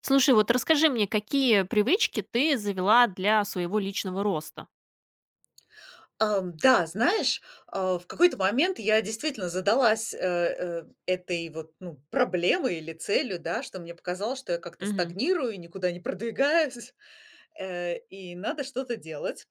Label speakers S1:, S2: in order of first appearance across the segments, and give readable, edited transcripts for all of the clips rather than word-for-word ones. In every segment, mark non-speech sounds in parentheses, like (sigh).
S1: Слушай, вот расскажи мне, какие привычки ты завела для своего личного роста?
S2: Да, знаешь, в какой-то момент я действительно задалась, этой вот, ну, проблемой или целью, да, что мне показалось, что я как-то
S1: Мгм.
S2: стагнирую, никуда не продвигаюсь, (laughs) и надо что-то делать.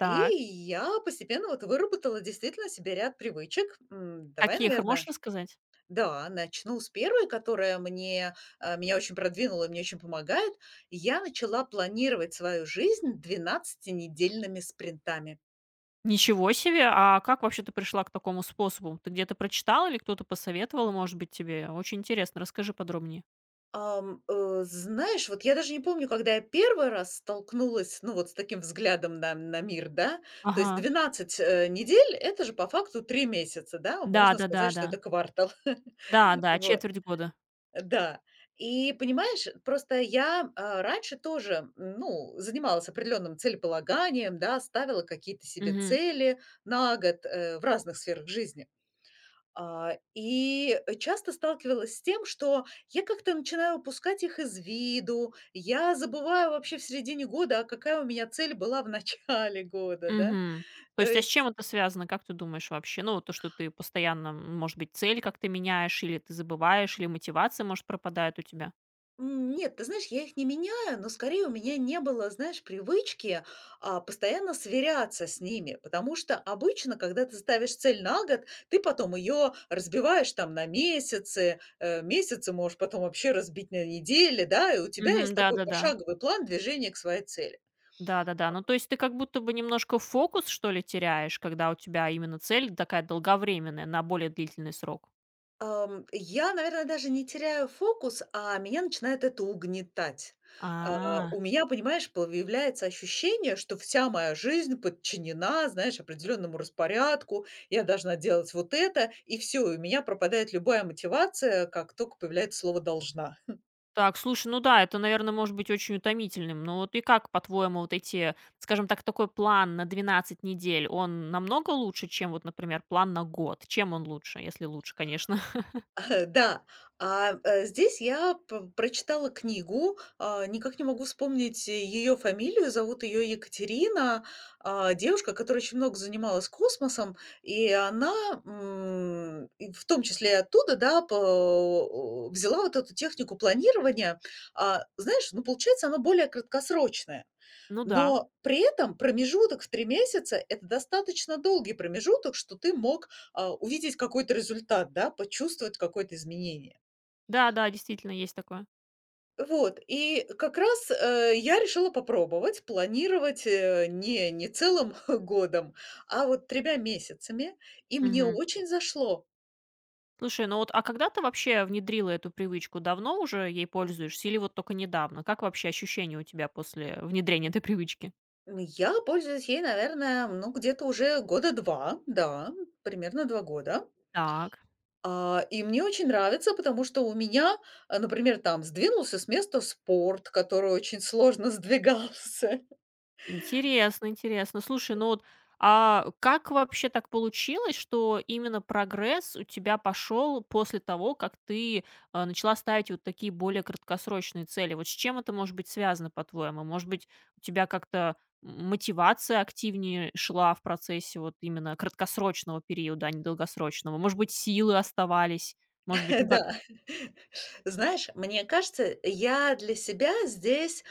S2: И я постепенно вот выработала действительно себе ряд привычек. Давай,
S1: Каких, можешь
S2: наверное,
S1: рассказать?
S2: да, начну с первой, которая меня очень продвинула и мне очень помогает. Я начала планировать свою жизнь двенадцатинедельными спринтами.
S1: Ничего себе! А как вообще ты пришла к такому способу? Ты где-то прочитала или кто-то посоветовал, может быть, тебе? Очень интересно, расскажи подробнее.
S2: Знаешь, вот я даже не помню, когда я первый раз столкнулась, ну, вот с таким взглядом на мир, да. То есть
S1: Ага.
S2: 12 недель — это же по факту 3 месяца, да, можно сказать, что
S1: Да-да-да-да.
S2: это квартал. (laughs)
S1: Да-да,
S2: Вот,
S1: четверть года.
S2: да. И понимаешь, просто я раньше тоже, ну, занималась определенным целеполаганием, да, ставила какие-то себе
S1: Мгм.
S2: цели на год, в разных сферах жизни. И часто сталкивалась с тем, что я как-то начинаю упускать их из виду, я забываю вообще в середине года, а какая у меня цель была в (laughs) начале года, да.
S1: Мгм. То
S2: То
S1: есть, а с чем
S2: есть.
S1: это связано, как ты думаешь вообще? Ну, вот то, что ты постоянно, может быть, цель как-то меняешь, или ты забываешь, или мотивация, может, пропадает у тебя?
S2: Нет, ты знаешь, я их не меняю, но скорее у меня не было, знаешь, привычки, постоянно сверяться с ними, потому что обычно, когда ты ставишь цель на год, ты потом ее разбиваешь там на месяцы, месяцы можешь потом вообще разбить на недели, да, и у тебя
S1: Мгм.
S2: есть такой
S1: Да-да-да.
S2: пошаговый план движения к своей цели.
S1: Да-да-да. Ну, то есть ты как будто бы немножко фокус, что ли, теряешь, когда у тебя именно цель такая долговременная, на более длительный срок?
S2: Я, наверное, даже не теряю фокус, а меня начинает это угнетать.
S1: А.
S2: У меня, понимаешь, появляется ощущение, что вся моя жизнь подчинена, знаешь, определенному распорядку, я должна делать вот это, и все, и у меня пропадает любая мотивация, как только появляется слово «должна».
S1: Так, слушай, ну да, это, наверное, может быть очень утомительным. Но вот и как, по-твоему, вот эти, скажем так, такой план на 12 недель, он намного лучше, чем вот, например, план на год? Чем он лучше, если лучше, конечно? (laughs)
S2: (laughs) Да, здесь я п прочитала книгу, никак не могу вспомнить ее фамилию, зовут ее Екатерина, девушка, которая очень много занималась космосом, и она, и в том числе и оттуда, да, по взяла вот эту технику планирования. Знаешь, ну, получается, она более краткосрочная.
S1: Ну да.
S2: Но при этом промежуток в 3 месяца — это достаточно долгий промежуток, что ты мог увидеть какой-то результат, да, почувствовать какое-то изменение.
S1: Да-да, действительно, есть такое.
S2: Вот, и как раз, я решила попробовать планировать, не целым (laughs) годом, а вот тремя месяцами, и мне
S1: Мгм.
S2: очень зашло.
S1: Слушай, ну вот, а когда ты вообще внедрила эту привычку? Давно уже ей пользуешься или вот только недавно? Как вообще ощущения у тебя после внедрения этой привычки?
S2: Я пользуюсь ей, наверное, ну, где-то уже года 2, да, примерно 2 года.
S1: Так.
S2: И мне очень нравится, потому что у меня, например, там сдвинулся с места спорт, который очень сложно (laughs) сдвигался.
S1: Интересно, интересно. Слушай, ну вот, а как вообще так получилось, что именно прогресс у тебя пошел после того, как ты начала ставить вот такие более краткосрочные цели? Вот с чем это может быть связано, по-твоему? Может быть, у тебя как-то мотивация активнее шла в процессе вот именно краткосрочного периода, а не долгосрочного? Может быть, силы оставались? Может быть, ну
S2: (laughs)
S1: как...
S2: Да. Знаешь, мне кажется, я для себя здесь,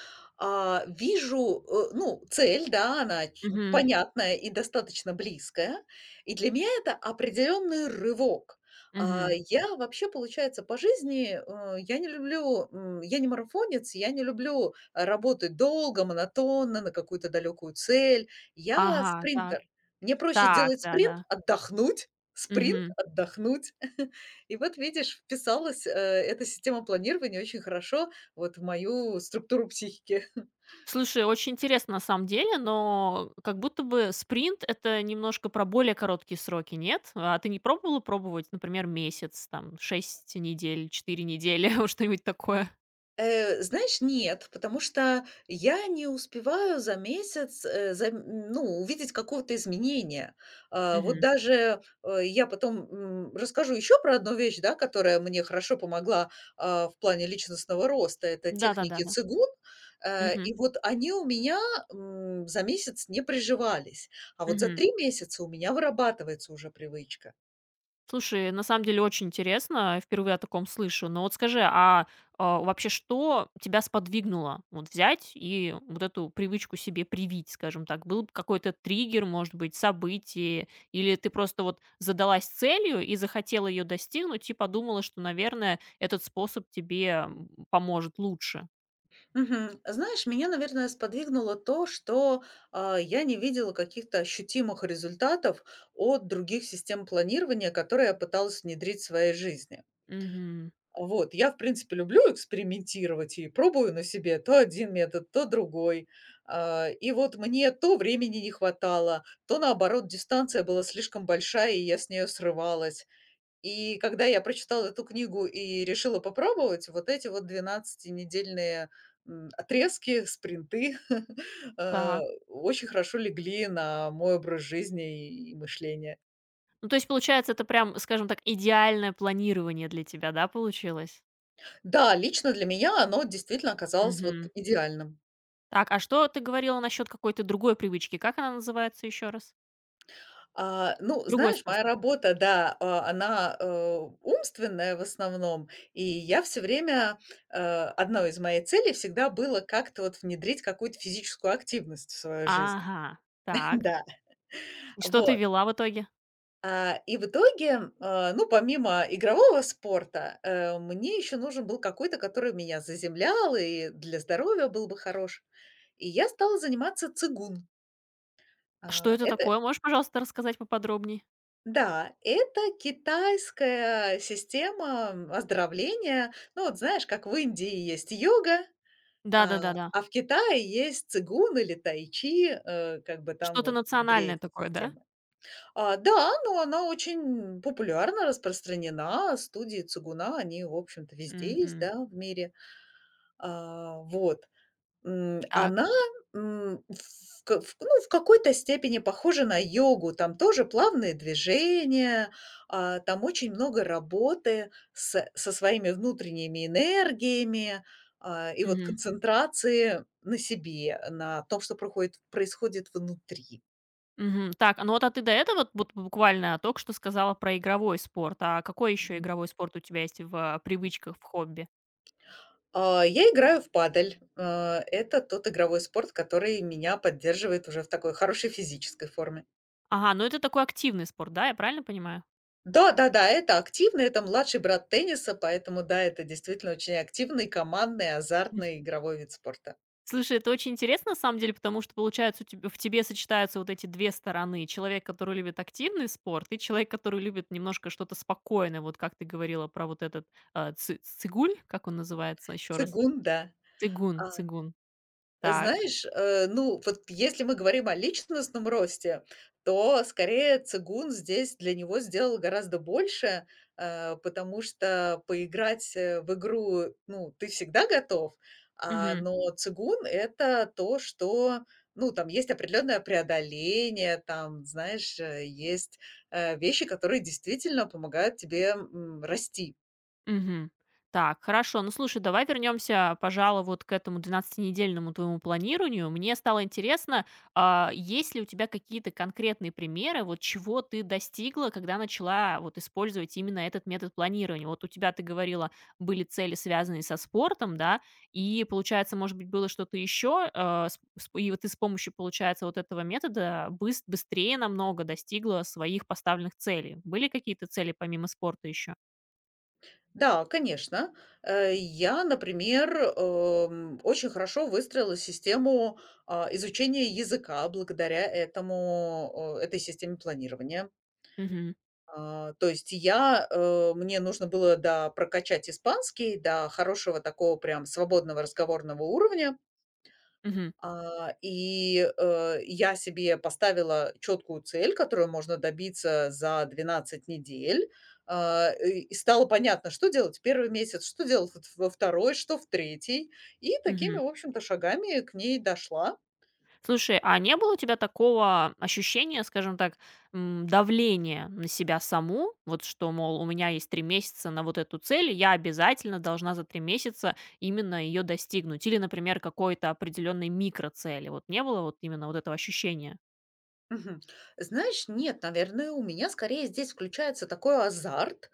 S2: вижу, ну, цель, да, она ч
S1: Мгм,
S2: понятная и достаточно близкая. И для меня это определенный рывок. А,
S1: мгм.
S2: я вообще, получается, по жизни, я не марафонец, я не люблю работать долго, монотонно, на какую-то далекую цель. Я
S1: Ага, так.
S2: спринтер. Мне проще
S1: Так,
S2: сделать
S1: да-да.
S2: спринт, отдохнуть, спринт, отдохнуть. И вот, видишь, вписалась, эта система планирования очень хорошо вот в мою структуру психики. (laughs)
S1: Слушай, очень интересно на самом деле, но как будто бы спринт- это немножко про более короткие сроки, нет? А ты не пробовала пробовать, например, месяц, там, 6 недель, 4 недели, (laughs) вот что-нибудь такое?
S2: Знаешь, нет, потому что я не успеваю за месяц, ну, увидеть какого-то изменения. Вот
S1: Мгм.
S2: даже, я потом, расскажу еще про одну вещь, да, которая мне хорошо помогла, в плане личностного роста. Это техники
S1: Да-да-да-да.
S2: цигун.
S1: Мгм.
S2: И вот они у меня, за месяц не приживались. А вот за
S1: Мгм.
S2: 3 месяца у меня вырабатывается уже привычка.
S1: Слушай, на самом деле очень интересно, впервые о таком слышу. Но вот скажи, вообще что тебя сподвигнуло вот взять и вот эту привычку себе привить, скажем так? Был какой-то триггер, может быть, событие, или ты просто вот задалась целью и захотела ее достигнуть и подумала, что, наверное, этот способ тебе поможет лучше?
S2: Мгм. Знаешь, меня, наверное, сподвигнуло то, что, я не видела каких-то ощутимых результатов от других систем планирования, которые я пыталась внедрить в своей жизни.
S1: Мгм.
S2: Вот, я, в принципе, люблю экспериментировать и пробую на себе то один метод, то другой. И вот мне то времени не хватало, то, наоборот, дистанция была слишком большая, и я с нее срывалась. И когда я прочитала эту книгу и решила попробовать, вот эти вот двенадцатинедельные, отрезки, спринты, (laughs) э,
S1: Так.
S2: очень хорошо легли на мой образ жизни и мышление.
S1: Ну, то есть, получается, это прям, скажем так, идеальное планирование для тебя, да, получилось?
S2: Да, лично для меня оно действительно оказалось вот
S1: Мгм.
S2: идеальным.
S1: Так, а что ты говорила насчет какой-то другой привычки? Как она называется еще раз?
S2: Ну,
S1: Другой
S2: знаешь,
S1: способ.
S2: моя работа, да, она, умственная в основном, и я все время, одной из моей целей всегда было как-то вот внедрить какую-то физическую активность в свою жизнь.
S1: Ага,
S2: (laughs)
S1: так.
S2: Да,
S1: И что ты
S2: вот.
S1: вела в итоге?
S2: И в итоге, ну, помимо игрового спорта, мне еще нужен был какой-то, который меня заземлял и для здоровья был бы хорош. И я стала заниматься цигун.
S1: Что это
S2: Это
S1: такое? Можешь, пожалуйста, рассказать поподробнее?
S2: да. Это китайская система оздоровления. Ну, вот знаешь, как в Индии есть йога, а,
S1: Да-да-да-да.
S2: а в Китае есть цигун или тайчи, как бы там
S1: Что-то
S2: вот две
S1: национальное
S2: эти
S1: такое, да?
S2: системы. Да, но она очень популярна, распространена. Студии «Цугуна», они, в общем-то, везде есть,
S1: Мгм.
S2: да, в мире. Вот,
S1: Так.
S2: она, м, в ка в ну, в какой-то степени похожа на йогу. Там тоже плавные движения, там очень много работы с со своими внутренними энергиями, и вот
S1: Мгм.
S2: концентрации на себе, на том, что проходит происходит внутри.
S1: Мгм. Так, а ну вот, а ты до этого вот буквально только что сказала про игровой спорт. А какой еще игровой спорт у тебя есть в привычках, в хобби?
S2: Я играю в падель. Это тот игровой спорт, который меня поддерживает уже в такой хорошей физической форме.
S1: Ага, ну это такой активный спорт, да, я правильно понимаю?
S2: Да-да-да, это активно, это младший брат тенниса, поэтому да, это действительно очень активный, командный, азартный игровой вид спорта.
S1: Слушай, это очень интересно на самом деле, потому что, получается, у теб в тебе сочетаются вот эти 2 стороны: человек, который любит активный спорт, и человек, который любит немножко что-то спокойное. Вот как ты говорила про вот этот, ци цигуль, как он называется еще раз?
S2: Цигун, да.
S1: Цигун
S2: А
S1: цигун. Так.
S2: Знаешь, ну, вот если мы говорим о личностном росте, то скорее цигун здесь для него сделал гораздо больше, потому что поиграть в игру, ну, ты всегда готов,
S1: Мгм.
S2: но цигун это то, что, ну, там есть определенное преодоление, там, знаешь, есть вещи, которые действительно помогают тебе расти.
S1: Мгм. Так, хорошо. Ну, слушай, давай вернемся, пожалуй, вот к этому двенадцатинедельному твоему планированию. Мне стало интересно, есть ли у тебя какие-то конкретные примеры, вот чего ты достигла, когда начала вот использовать именно этот метод планирования? Вот у тебя, ты говорила, были цели, связанные со спортом, да, и, получается, может быть, было что-то еще, и вот ты с помощью, получается, вот этого метода быстрее намного достигла своих поставленных целей. Были какие-то цели помимо спорта еще?
S2: Да, конечно. Я, например, очень хорошо выстроила систему, изучения языка благодаря этой системе планирования.
S1: Мгм.
S2: То есть мне нужно было, да, прокачать испанский до хорошего такого прям свободного разговорного уровня.
S1: Мгм.
S2: И я себе поставила четкую цель, которую можно добиться за 12 недель. И стало понятно, что делать в 1 месяц, что делать вот во второй, что в третий. И такими,
S1: Мгм.
S2: в общем-то, шагами к ней дошла.
S1: Слушай, а не было у тебя такого ощущения, скажем так, давления на себя саму? Вот что, мол, у меня есть 3 месяца на вот эту цель, и я обязательно должна за 3 месяца именно ее достигнуть. Или, например, какой-то определенной микроцели. Вот не было вот именно вот этого ощущения?
S2: Мгм. Знаешь, нет, наверное, у меня скорее здесь включается такой азарт.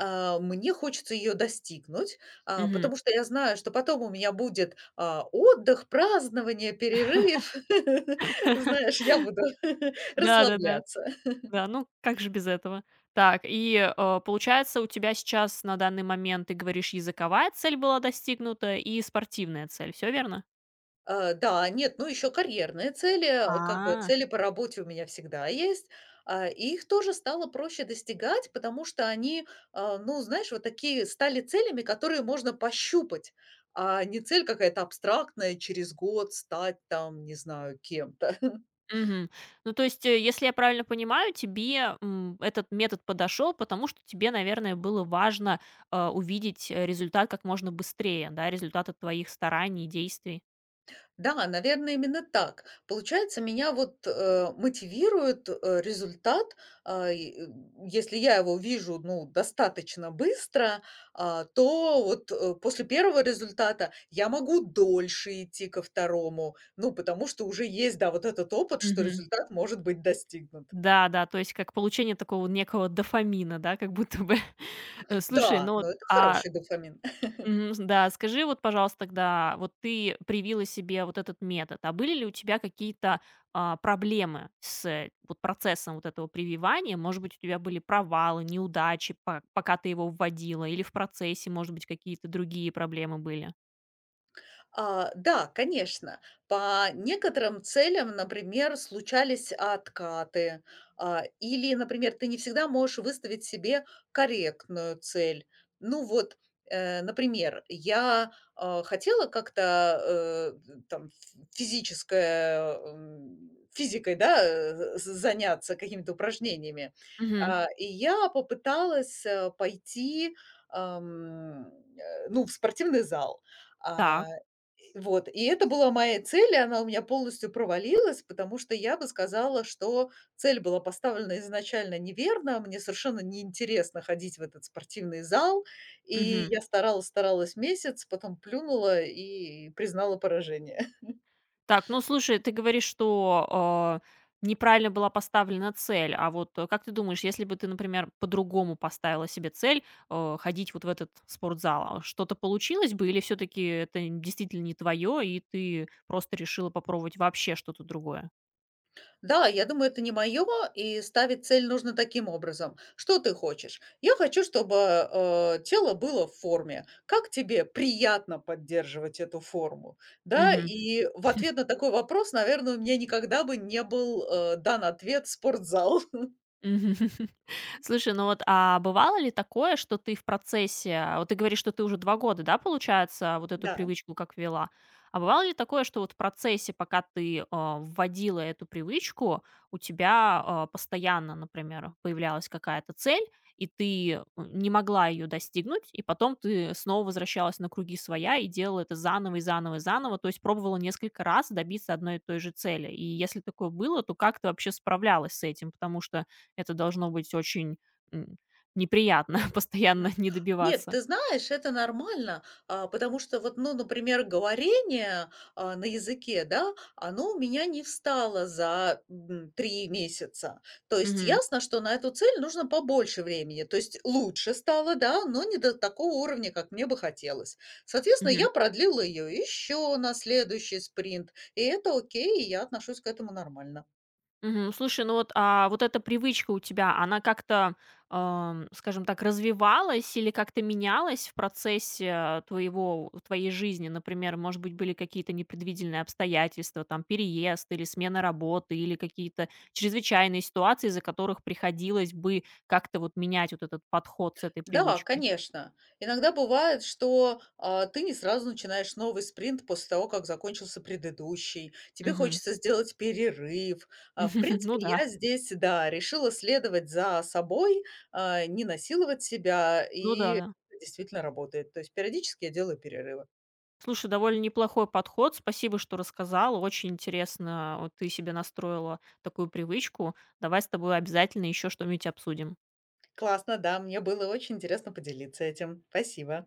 S2: Мне хочется ее достигнуть,
S1: Мгм.
S2: потому что я знаю, что потом у меня будет отдых, празднование, перерыв. (laughs)
S1: (laughs)
S2: Знаешь, я буду (laughs)
S1: Да-да-да. Да, да.
S2: расслабляться.
S1: Да, ну как же без этого? Так, и, получается, у тебя сейчас на данный момент, ты говоришь, языковая цель была достигнута и спортивная цель. Все верно?
S2: Да, нет, ну, еще карьерные цели, как бы
S1: А.
S2: цели по работе у меня всегда есть. И их тоже стало проще достигать, потому что они, ну, знаешь, вот такие стали целями, которые можно пощупать, а не цель какая-то абстрактная, через год стать там, не знаю, кем-то. (laughs)
S1: Мгм. Ну, то есть, если я правильно понимаю, тебе, этот метод подошел, потому что тебе, наверное, было важно, увидеть, результат как можно быстрее, да, результат от твоих стараний, действий.
S2: Да, наверное, именно так. Получается, меня вот, мотивирует, результат. И если я его вижу, ну, достаточно быстро, то вот, после первого результата я могу дольше идти ко второму, ну, потому что уже есть, да, вот этот опыт, что
S1: Мгм.
S2: результат может быть достигнут.
S1: Да, да, то есть как получение такого некого дофамина, да, как будто бы. (laughs) Слушай,
S2: Да,
S1: ну вот,
S2: но это
S1: а
S2: хороший дофамин.
S1: Мгм, с да, скажи вот, пожалуйста, тогда, вот ты привила себе вот этот метод, а были ли у тебя какие-то, проблемы с вот процессом вот этого прививания? Может быть, у тебя были провалы, неудачи, по пока ты его вводила, или в процессе, может быть, какие-то другие проблемы были?
S2: Да, конечно. По некоторым целям, например, случались откаты, или, например, ты не всегда можешь выставить себе корректную цель. Ну вот, например, я хотела как-то там физикой, да, заняться какими-то упражнениями.
S1: Мгм.
S2: И я попыталась пойти ам, ну, в спортивный зал. А,
S1: Так.
S2: вот, и это была моя цель, и она у меня полностью провалилась, потому что я бы сказала, что цель была поставлена изначально неверно. Мне совершенно неинтересно ходить в этот спортивный зал, и
S1: Мгм.
S2: я старалась, старалась месяц, потом плюнула и признала поражение.
S1: Так, ну слушай, ты говоришь, что, неправильно была поставлена цель. А вот, как ты думаешь, если бы ты, например, по-другому поставила себе цель, ходить вот в этот спортзал, что-то получилось бы или все таки это действительно не твое и ты просто решила попробовать вообще что-то другое?
S2: Да, я думаю, это не мое, и ставить цель нужно таким образом. Что ты хочешь? Я хочу, чтобы тело было в форме. Как тебе приятно поддерживать эту форму? Да, и в ответ на такой вопрос, наверное, у меня никогда бы не был дан ответ — спортзал.
S1: Мгм. (laughs) Слушай, ну вот, а бывало ли такое, что ты в процессе, вот ты говоришь, что ты уже 2 года, да, получается, вот
S2: (laughs)
S1: эту
S2: Да.
S1: привычку как вела? А бывало ли такое, что вот в процессе, пока ты, вводила эту привычку, у тебя, постоянно, например, появлялась какая-то цель, и ты, не могла ее достигнуть, и потом ты снова возвращалась на круги своя и делала это заново и заново и заново, то есть пробовала несколько раз добиться одной и той же цели? И если такое было, то как ты вообще справлялась с этим? Потому что это должно быть очень, м, неприятно (laughs) постоянно
S2: Мгм.
S1: не
S2: Нет,
S1: добиваться.
S2: ты знаешь, это нормально, потому что вот, ну, например, говорение, на языке, да, оно у меня не встало за, 3 месяца. То есть
S1: Мгм,
S2: ясно, что на эту цель нужно побольше времени. То есть лучше стало, да, но не до такого уровня, как мне бы хотелось. Соответственно,
S1: мгм,
S2: я продлила ее еще на следующий спринт, и это окей, и я отношусь к этому нормально.
S1: мгм. Слушай, ну вот, а вот эта привычка у тебя, она как-то, скажем так, развивалась или как-то менялась в процессе твоего твоей жизни? Например, может быть, были какие-то непредвиденные обстоятельства, там, переезд или смена работы, или какие-то чрезвычайные ситуации, из-за которых приходилось бы как-то вот менять вот этот подход с этой
S2: Да,
S1: привычкой?
S2: конечно. Иногда бывает, что, ты не сразу начинаешь новый спринт после того, как закончился предыдущий. Тебе
S1: Мгм.
S2: хочется сделать перерыв. В
S1: (laughs) Ну
S2: принципе,
S1: да,
S2: я здесь, да, решила следовать за собой, не насиловать себя,
S1: ну
S2: и
S1: да-да.
S2: это действительно работает. То есть периодически я делаю перерывы.
S1: Слушай, довольно неплохой подход. Спасибо, что рассказала. Очень интересно, вот ты себе настроила такую привычку. Давай с тобой обязательно еще что-нибудь обсудим.
S2: Классно, да, мне было очень интересно поделиться этим. Спасибо.